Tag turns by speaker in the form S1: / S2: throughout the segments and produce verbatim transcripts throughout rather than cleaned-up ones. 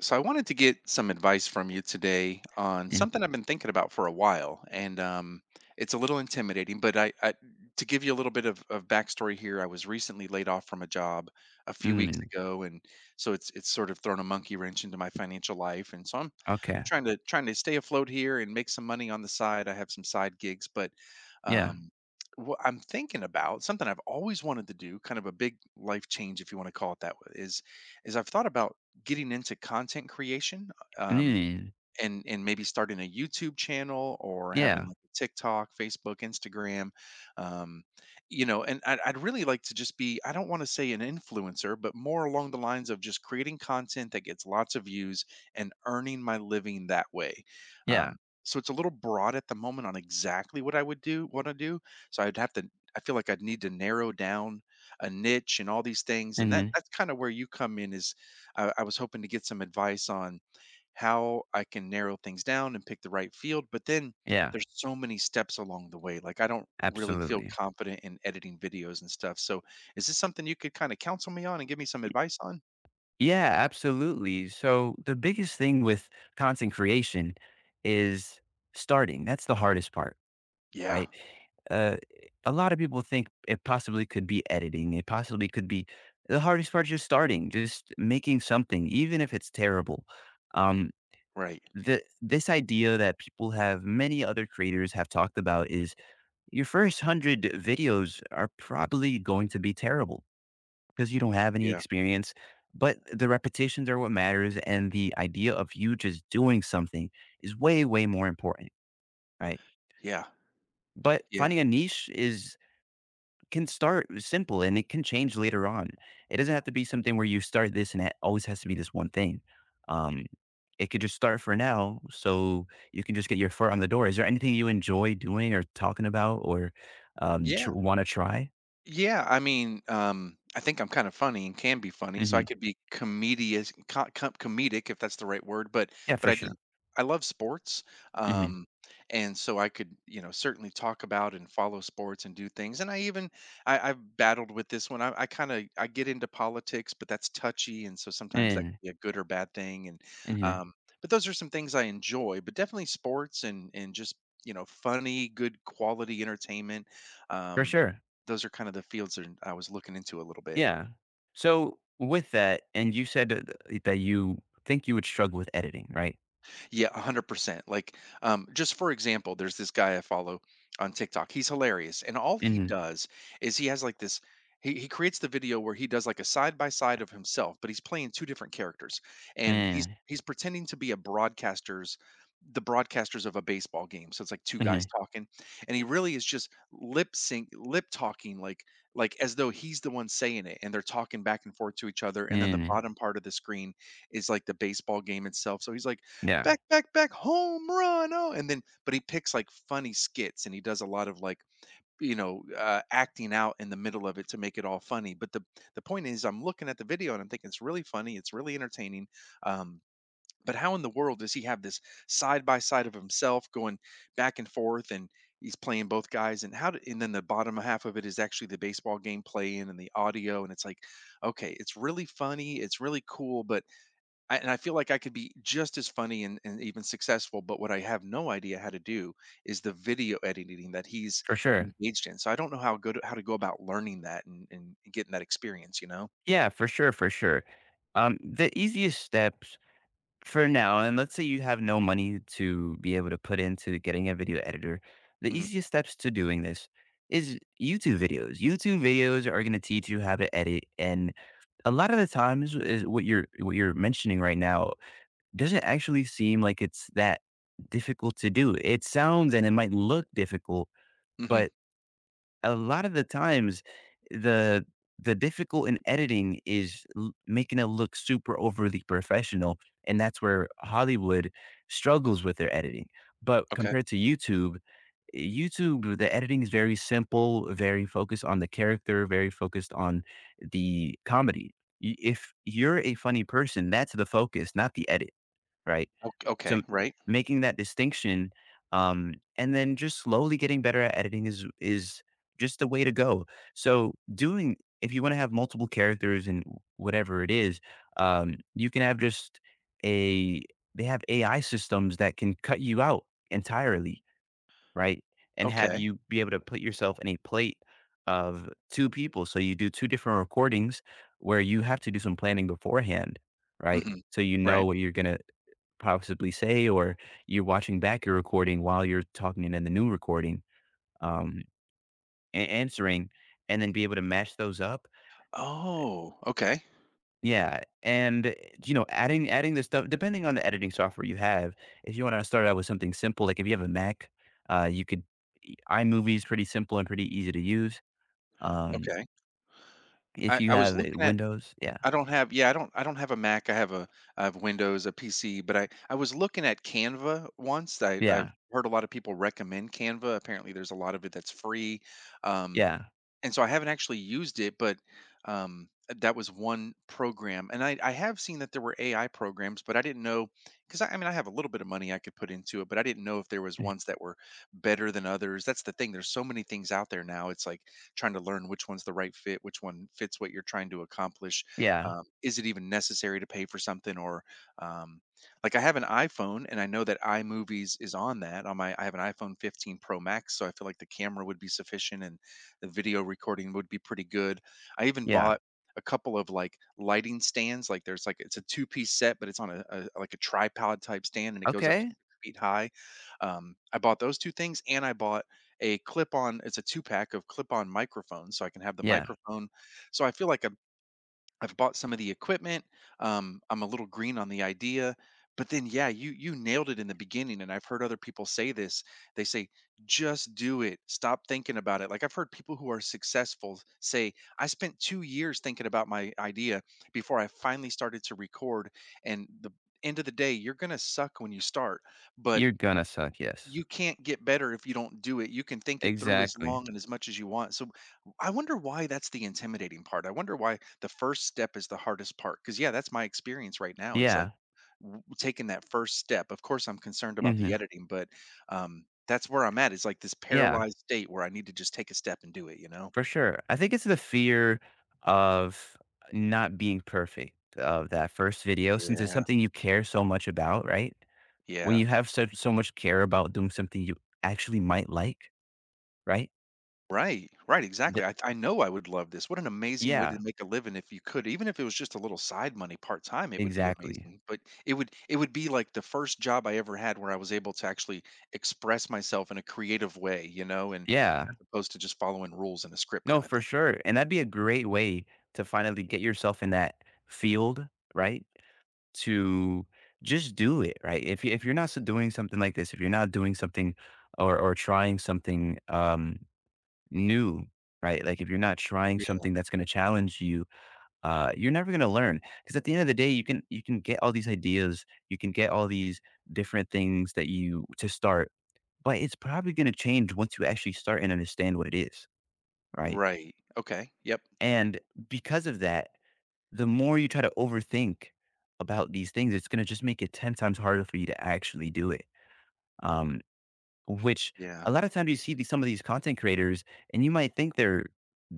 S1: So I wanted to get some advice from you today on
S2: Mm,
S1: something I've been thinking about for a while, and um, it's a little intimidating. But I, I, to give you a little bit of, of backstory here, I was recently laid off from a job a few weeks
S2: mm,
S1: ago, and so it's it's sort of thrown a monkey wrench into my financial life. And so I'm,
S2: okay.
S1: I'm trying to trying to stay afloat here and make some money on the side. I have some side gigs, but
S2: Yeah.
S1: um, what I'm thinking about, something I've always wanted to do, kind of a big life change, if you want to call it that, is is I've thought about getting into content creation. Um,
S2: Mm,
S1: and and maybe starting a YouTube channel, or having
S2: yeah.
S1: like a TikTok, Facebook, Instagram, um, you know, and I'd, I'd really like to just be, I don't want to say an influencer, but more along the lines of just creating content that gets lots of views and earning my living that way.
S2: Yeah.
S1: Um, so it's a little broad at the moment on exactly what I would do, want to do. So I'd have to. I feel like I'd need to narrow down a niche and all these things, and that
S2: hmm
S1: that's kind of where you come in is I, I was hoping to get some advice on how I can narrow things down and pick the right field, but then
S2: Yeah.
S1: there's so many steps along the way. Like, I don't really feel
S2: Absolutely.
S1: confident in editing videos and stuff. So is this something you could kind of counsel me on and give me some advice on?
S2: Yeah, absolutely. So the biggest thing with content creation is starting. That's the hardest part,
S1: Yeah.
S2: right? Uh, a lot of people think it possibly could be editing. It possibly could be the hardest part is just starting, just making something, even if it's terrible. Um,
S1: Right.
S2: the, this idea that people have, many other creators have talked about is your first one hundred videos are probably going to be terrible because you don't have any
S1: Yeah.
S2: experience, but the repetitions are what matters. And the idea of you just doing something is way, way more important, right?
S1: Yeah.
S2: But
S1: Yeah.
S2: finding a niche is can start simple and it can change later on. It doesn't have to be something where you start this and it always has to be this one thing. Um, it could just start for now so you can just get your foot on the door. Is there anything you enjoy doing or talking about or um, tr-
S1: Yeah.
S2: want to try?
S1: Yeah, I mean, um, I think I'm kind of funny and can be funny, so I
S2: Mhm.
S1: could be comedic, co- co- comedic if that's the right word. But
S2: Yeah,
S1: but
S2: for
S1: I do,
S2: sure.
S1: I love sports,
S2: Mhm.
S1: um, and so I could, you know, certainly talk about and follow sports and do things. And I even I, I've battled with this one. I, I kind of I get into politics, but that's touchy, and so sometimes that
S2: Mm,
S1: can be a good or bad thing. And
S2: mhm.
S1: um, but those are some things I enjoy. But definitely sports and and just you know funny, good quality entertainment.
S2: For
S1: Um,
S2: sure.
S1: those are kind of the fields that I was looking into a little bit.
S2: Yeah. So with that, and you said that that you think you would struggle with editing, right?
S1: Yeah, one hundred percent. Like, um, just for example, there's this guy I follow on TikTok. He's hilarious. And all he
S2: Mhm.
S1: does is he has like this, he, he creates the video where he does like a side by side of himself, but he's playing two different characters. And he's,
S2: Mm.
S1: he's pretending to be a broadcaster's, the broadcasters of a baseball game. So it's like two guys
S2: Mhm.
S1: talking. And he really is just lip sync, lip talking, like, like as though he's the one saying it. And they're talking back and forth to each other. And then the
S2: Mm.
S1: bottom part of the screen is like the baseball game itself. So he's like,
S2: Yeah.
S1: back, back, back, home run. Oh, and then, but he picks like funny skits and he does a lot of like, you know, uh, acting out in the middle of it to make it all funny. But the, the point is, I'm looking at the video and I'm thinking it's really funny. It's really entertaining. Um, but how in the world does he have this side by side of himself going back and forth, and he's playing both guys, and how did, and then the bottom half of it is actually the baseball game playing, and the audio, and it's like, okay, it's really funny, it's really cool, but I, and I feel like I could be just as funny and, and even successful, but what I have no idea how to do is the video editing that he's
S2: For sure.
S1: engaged in. So I don't know how good how to go about learning that and, and getting that experience. You know.
S2: Yeah, for sure, for sure. Um, the easiest steps for now, and let's say you have no money to be able to put into getting a video editor, the
S1: Hmm.
S2: easiest steps to doing this is YouTube videos. YouTube videos are going to teach you how to edit, and a lot of the times, is what you're what you're mentioning right now doesn't actually seem like it's that difficult to do. It sounds and it might look difficult,
S1: Hmm.
S2: but a lot of the times the the difficult in editing is l- making it look super overly professional, and that's where Hollywood struggles with their editing. But
S1: Okay.
S2: compared to YouTube, YouTube, the editing is very simple, very focused on the character, very focused on the comedy. Y- if you're a funny person, that's the focus, not the edit. Right.
S1: Okay.
S2: So
S1: Okay.
S2: m
S1: Right.
S2: making that distinction, um, and then just slowly getting better at editing is is just the way to go. So doing if you wanna have multiple characters and whatever it is, um, you can have just a they have A I systems that can cut you out entirely, right? And have
S1: Okay.
S2: you be able to put yourself in a plate of two people. So you do two different recordings where you have to do some planning beforehand, right?
S1: Hmm.
S2: So you know
S1: Right.
S2: what you're gonna possibly say, or you're watching back your recording while you're talking and then the new recording, um, a- answering, and then be able to match those up.
S1: Oh. Okay.
S2: Yeah, and eh, you know, adding adding the stuff depending on the editing software you have. If you want to start out with something simple, like if you have a Mac, uh, you could iMovie is pretty simple and pretty easy to use. Um,
S1: Okay.
S2: if
S1: I,
S2: you
S1: I was
S2: have uh,
S1: looking at
S2: Windows, yeah,
S1: I don't have yeah, I don't I don't have a Mac. I have a I have Windows, a P C, but I I was looking at Canva once. I
S2: yeah,
S1: I've heard a lot of people recommend Canva. Apparently there's a lot of it that's free. Um
S2: yeah,
S1: and so I haven't actually used it, but um, that was one program. And I, I have seen that there were A I programs, but I didn't know because I, I mean I have a little bit of money I could put into it, but I didn't know if there was
S2: eh,
S1: ones that were better than others. That's the thing. There's so many things out there now. It's like trying to learn which one's the right fit, which one fits what you're trying to accomplish.
S2: yeah,
S1: Um, is it even necessary to pay for something, or um, like, I have an iPhone and I know that iMovies is on that on my I have an iPhone fifteen Pro Max, so I feel like the camera would be sufficient and the video recording would be pretty good. I even
S2: yeah.
S1: bought a couple of like lighting stands. Like, there's like it's a two piece set, but it's on a, a like a tripod type stand, and it goes up to
S2: Okay,
S1: six feet high. Um, I bought those two things, and I bought a clip on. It's a two pack of clip on microphones, so I can have the
S2: yeah,
S1: microphone. So I feel like I'm I've bought some of the equipment. Um, I'm a little green on the idea, but then, yeah, you you nailed it in the beginning. And I've heard other people say this. They say, just do it. Stop thinking about it. Like, I've heard people who are successful say, I spent two years thinking about my idea before I finally started to record. And the end of the day, you're gonna suck when you start, but
S2: you're gonna suck.
S1: y-
S2: Yes,
S1: you can't get better if you don't do it. You can think it through as
S2: exactly.
S1: long and as much as you want. So I wonder why that's the intimidating part. I wonder why the first step is the hardest part. Cause, yeah, that's my experience right now, is like
S2: Yeah.
S1: w- taking that first step. Of course, I'm concerned about
S2: hmm
S1: the editing, but um, that's where I'm at. Is like this
S2: Yeah,
S1: paralyzed state where I need to just take a step and do it, you know?
S2: for sure. I think it's the fear of not being perfect of that first video since it's
S1: Yeah.
S2: something you care so much about, right? When
S1: Yeah.
S2: you have such so much care about doing something you actually might like, right?
S1: Right, right, exactly.
S2: Th-
S1: I I know I would love this. What an amazing way to
S2: yeah,
S1: make a living, if you could. Even if it was just a little side money part-time, it would be
S2: exactly.
S1: amazing. But it would it would be like the first job I ever had where I was able to actually express myself in a creative way, you know, and
S2: Yeah.
S1: as opposed to just following rules and a script
S2: No,
S1: kind of
S2: for
S1: thing.
S2: sure. And that'd be a great way to finally get yourself in that field, right? To just do it, right? If you if you're not s- doing something like this, if you're not doing something or or trying something um new, right? Like if you're not trying
S1: Yeah.
S2: something that's going to challenge you, uh, you're never going to learn. Because at the end of the day, you can you can get all these ideas, you can get all these different things that you to start, but it's probably going to change once you actually start and understand what it is, right?
S1: Right. Okay. Yep.
S2: And because of that, the more you try to overthink about these things, it's going to just make it ten times harder for you to actually do it. Um, Which
S1: Yeah.
S2: a lot of times you see these some of these content creators and you might think they're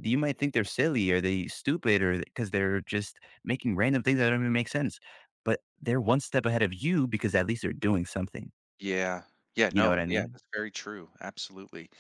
S2: you might think they're silly or they stupid or because they're just making random things that don't even make sense. But they're one step ahead of you because at least they're doing something.
S1: Yeah. Yeah,
S2: You know what
S1: no,
S2: I
S1: yeah,
S2: mean?
S1: that's very true. Absolutely.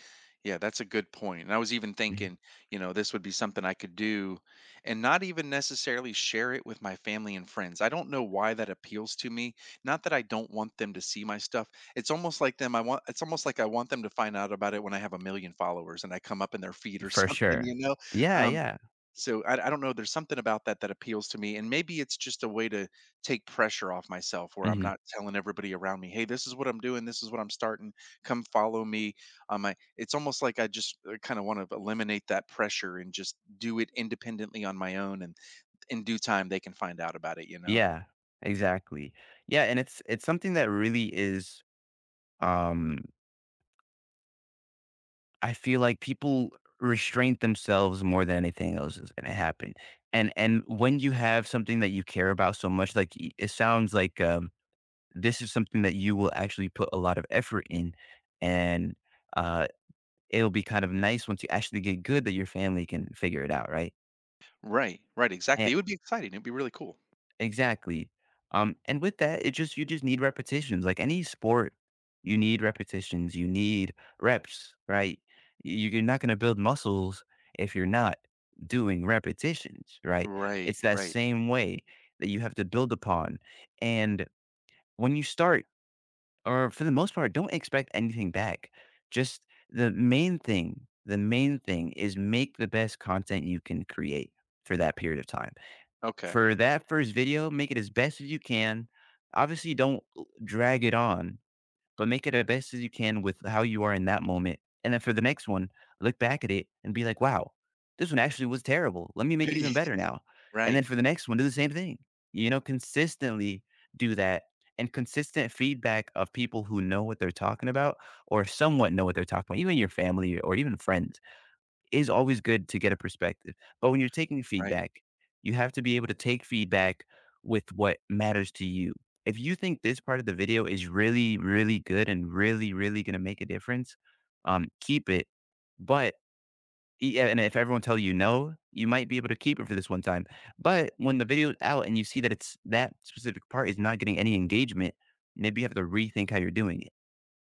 S1: Yeah, that's a good point. And I was even
S2: Mhm.
S1: thinking, you know, this would be something I could do and not even necessarily share it with my family and friends. I don't know why that appeals to me. Not that I don't want them to see my stuff. It's almost like them I want it's almost like I want them to find out about it when I have a million followers and I come up in their feed or
S2: For
S1: something,
S2: sure.
S1: you know.
S2: Yeah,
S1: Um
S2: yeah.
S1: so I, I don't know. There's something about that that appeals to me, and maybe it's just a way to take pressure off myself, where I'm
S2: hmm
S1: not telling everybody around me, "Hey, this is what I'm doing. This is what I'm starting. Come follow me." Um, I, it's almost like I just uh, kind of want to eliminate that pressure and just do it independently on my own, and in due time they can find out about it. You know?
S2: Yeah, exactly. Yeah, and it's it's something that really is um I feel like people restrain themselves more than anything else is gonna happen, and and when you have something that you care about so much, like, y it sounds like, um, this is something that you will actually put a lot of effort in, and, uh, it'll be kind of nice once you actually get good that your family can figure it out, right?
S1: Right. Right. Exactly. It would be exciting. It'd be really cool.
S2: Exactly. Um, and with that, it just you just need repetitions. Like any sport, you need repetitions. You need reps, right? Y- You're not going to build muscles if you're not doing repetitions, right?
S1: Right.
S2: It's that
S1: Right.
S2: same way that you have to build upon. And when you start, or for the most part, don't expect anything back. Just the main thing, the main thing is make the best content you can create for that period of time.
S1: Okay.
S2: For that first video, make it as best as you can. Obviously, don't l drag it on, but make it as best as you can with how you are in that moment, and then for the next one, look back at it and be like, "Wow, this one actually was terrible. Let me make it even better now." And then
S1: Right.
S2: for the next one, do the same thing. You know, consistently do that, and consistent feedback of people who know what they're talking about or somewhat know what they're talking about, even your family or even friends is always good to get a perspective. But when you're taking
S1: Right.
S2: feedback, you have to be able to take feedback with what matters to you. If you think this part of the video is really, really good and really, really going to make a difference, um, keep it. But yeah, and if everyone tell you no, you might be able to keep it for this one time. But when the video's out and you see that it's that specific part is not getting any engagement, maybe you have to rethink how you're doing it,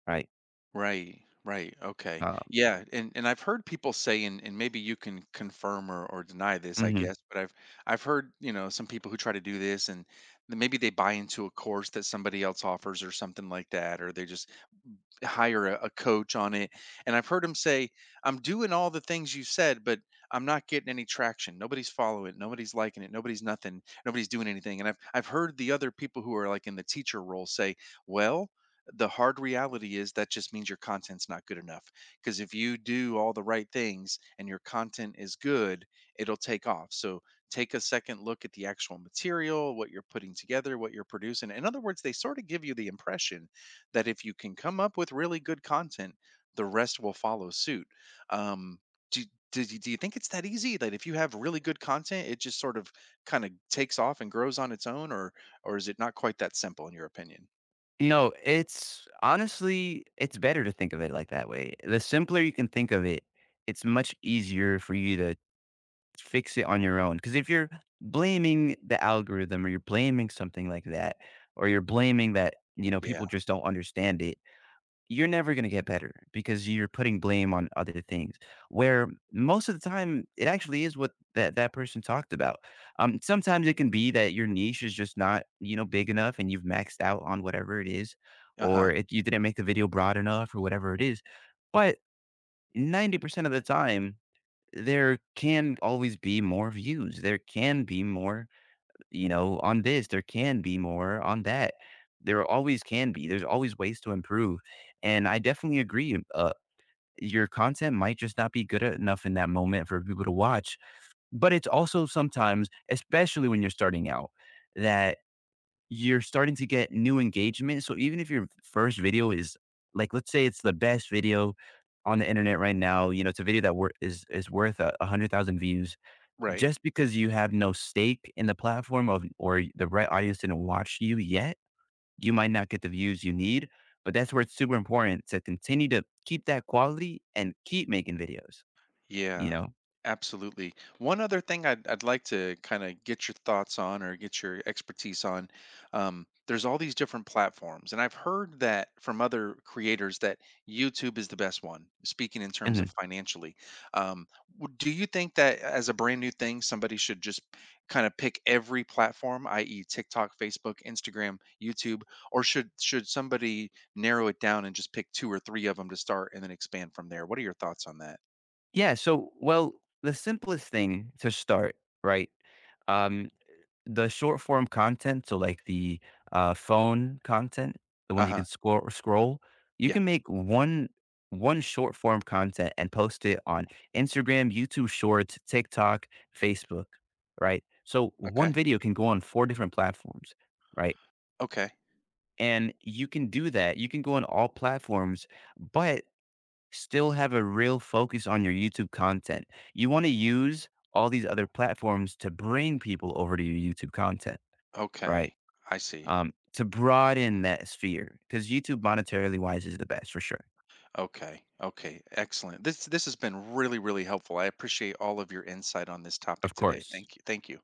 S2: right?
S1: Right, right. Okay.
S2: Um,
S1: Yeah, and and I've heard people say, and and maybe you can confirm or or deny this, I
S2: mhm.
S1: guess, but I've I've heard, you know, some people who try to do this and th- maybe they buy into a course that somebody else offers or something like that, or they just hire a, a coach on it. And I've heard him say, I'm doing all the things you said, but I'm not getting any traction. Nobody's following it. Nobody's liking it. Nobody's nothing. Nobody's doing anything. And I've I've heard the other people who are like in the teacher role say, well, the hard reality is that just means your content's not good enough. Because if you do all the right things and your content is good, it'll take off. So take a second look at the actual material, what you're putting together, what you're producing. In other words, they sort of give you the impression that if you can come up with really good content, the rest will follow suit. Um, do, do, you- do you think it's that easy, that if you have really good content, it just sort of kind of takes off and grows on its own, or or is it not quite that simple, in your opinion?
S2: You know, it's honestly, it's better to think of it like that way. The simpler you can think of it, it's much easier for you to fix it on your own. Because if you're blaming the algorithm or you're blaming something like that, or you're blaming that, you know,
S1: Yeah.
S2: people just don't understand it, you're never going to get better because you're putting blame on other things where most of the time it actually is what that, that person talked about, um, sometimes it can be that your niche is just not you know big enough and you've maxed out on whatever it is
S1: Uh
S2: or
S1: huh.
S2: if you didn't make the video broad enough or whatever it is, but ninety percent of the time there can always be more views, there can be more, you know, on this, there can be more. On that, there always can be. There's always ways to improve. And I definitely agree. Uh, your content might just not be good enough in that moment for people to watch. But it's also sometimes, especially when you're starting out, that you're starting to get new engagement. So even if your first video is like, let's say it's the best video on the internet right now, you know, it's a video that wor- is is worth a hundred thousand views,
S1: Right.
S2: just because you have no stake in the platform of or the right audience didn't watch you yet, you might not get the views you need, but that's where it's super important to continue to keep that quality and keep making videos, you
S1: Yeah,
S2: know?
S1: absolutely. One other thing I'd, I'd like to kind of get your thoughts on, or get your expertise on. Um, there's all these different platforms, and I've heard that, from other creators, that YouTube is the best one, speaking in terms of
S2: Mhm.
S1: financially. Um, w- do you think that as a brand new thing, somebody should just kind of pick every platform, i e, TikTok, Facebook, Instagram, YouTube, or should should somebody narrow it down and just pick two or three of them to start and then expand from there? What are your thoughts on that?
S2: Yeah, so well, the simplest thing to start, right? Um the short form content, so like the, uh, phone content, the one
S1: Uh
S2: you
S1: huh.
S2: can scroll scroll, you
S1: Yeah.
S2: can make one one short form content and post it on Instagram, YouTube Shorts, TikTok, Facebook, right? So one
S1: Okay.
S2: video can go on four different platforms, right?
S1: Okay.
S2: And you can do that. You can go on all platforms, but still have a real focus on your YouTube content. You wanna use all these other platforms to bring people over to your YouTube content, right?
S1: Okay. I see.
S2: um, to broaden that sphere because YouTube monetarily wise is the best for sure,
S1: Okay. Okay. Excellent. This this has been really really helpful. I appreciate all of your insight on this topic
S2: of
S1: today.
S2: course.
S1: Thank you. Thank you.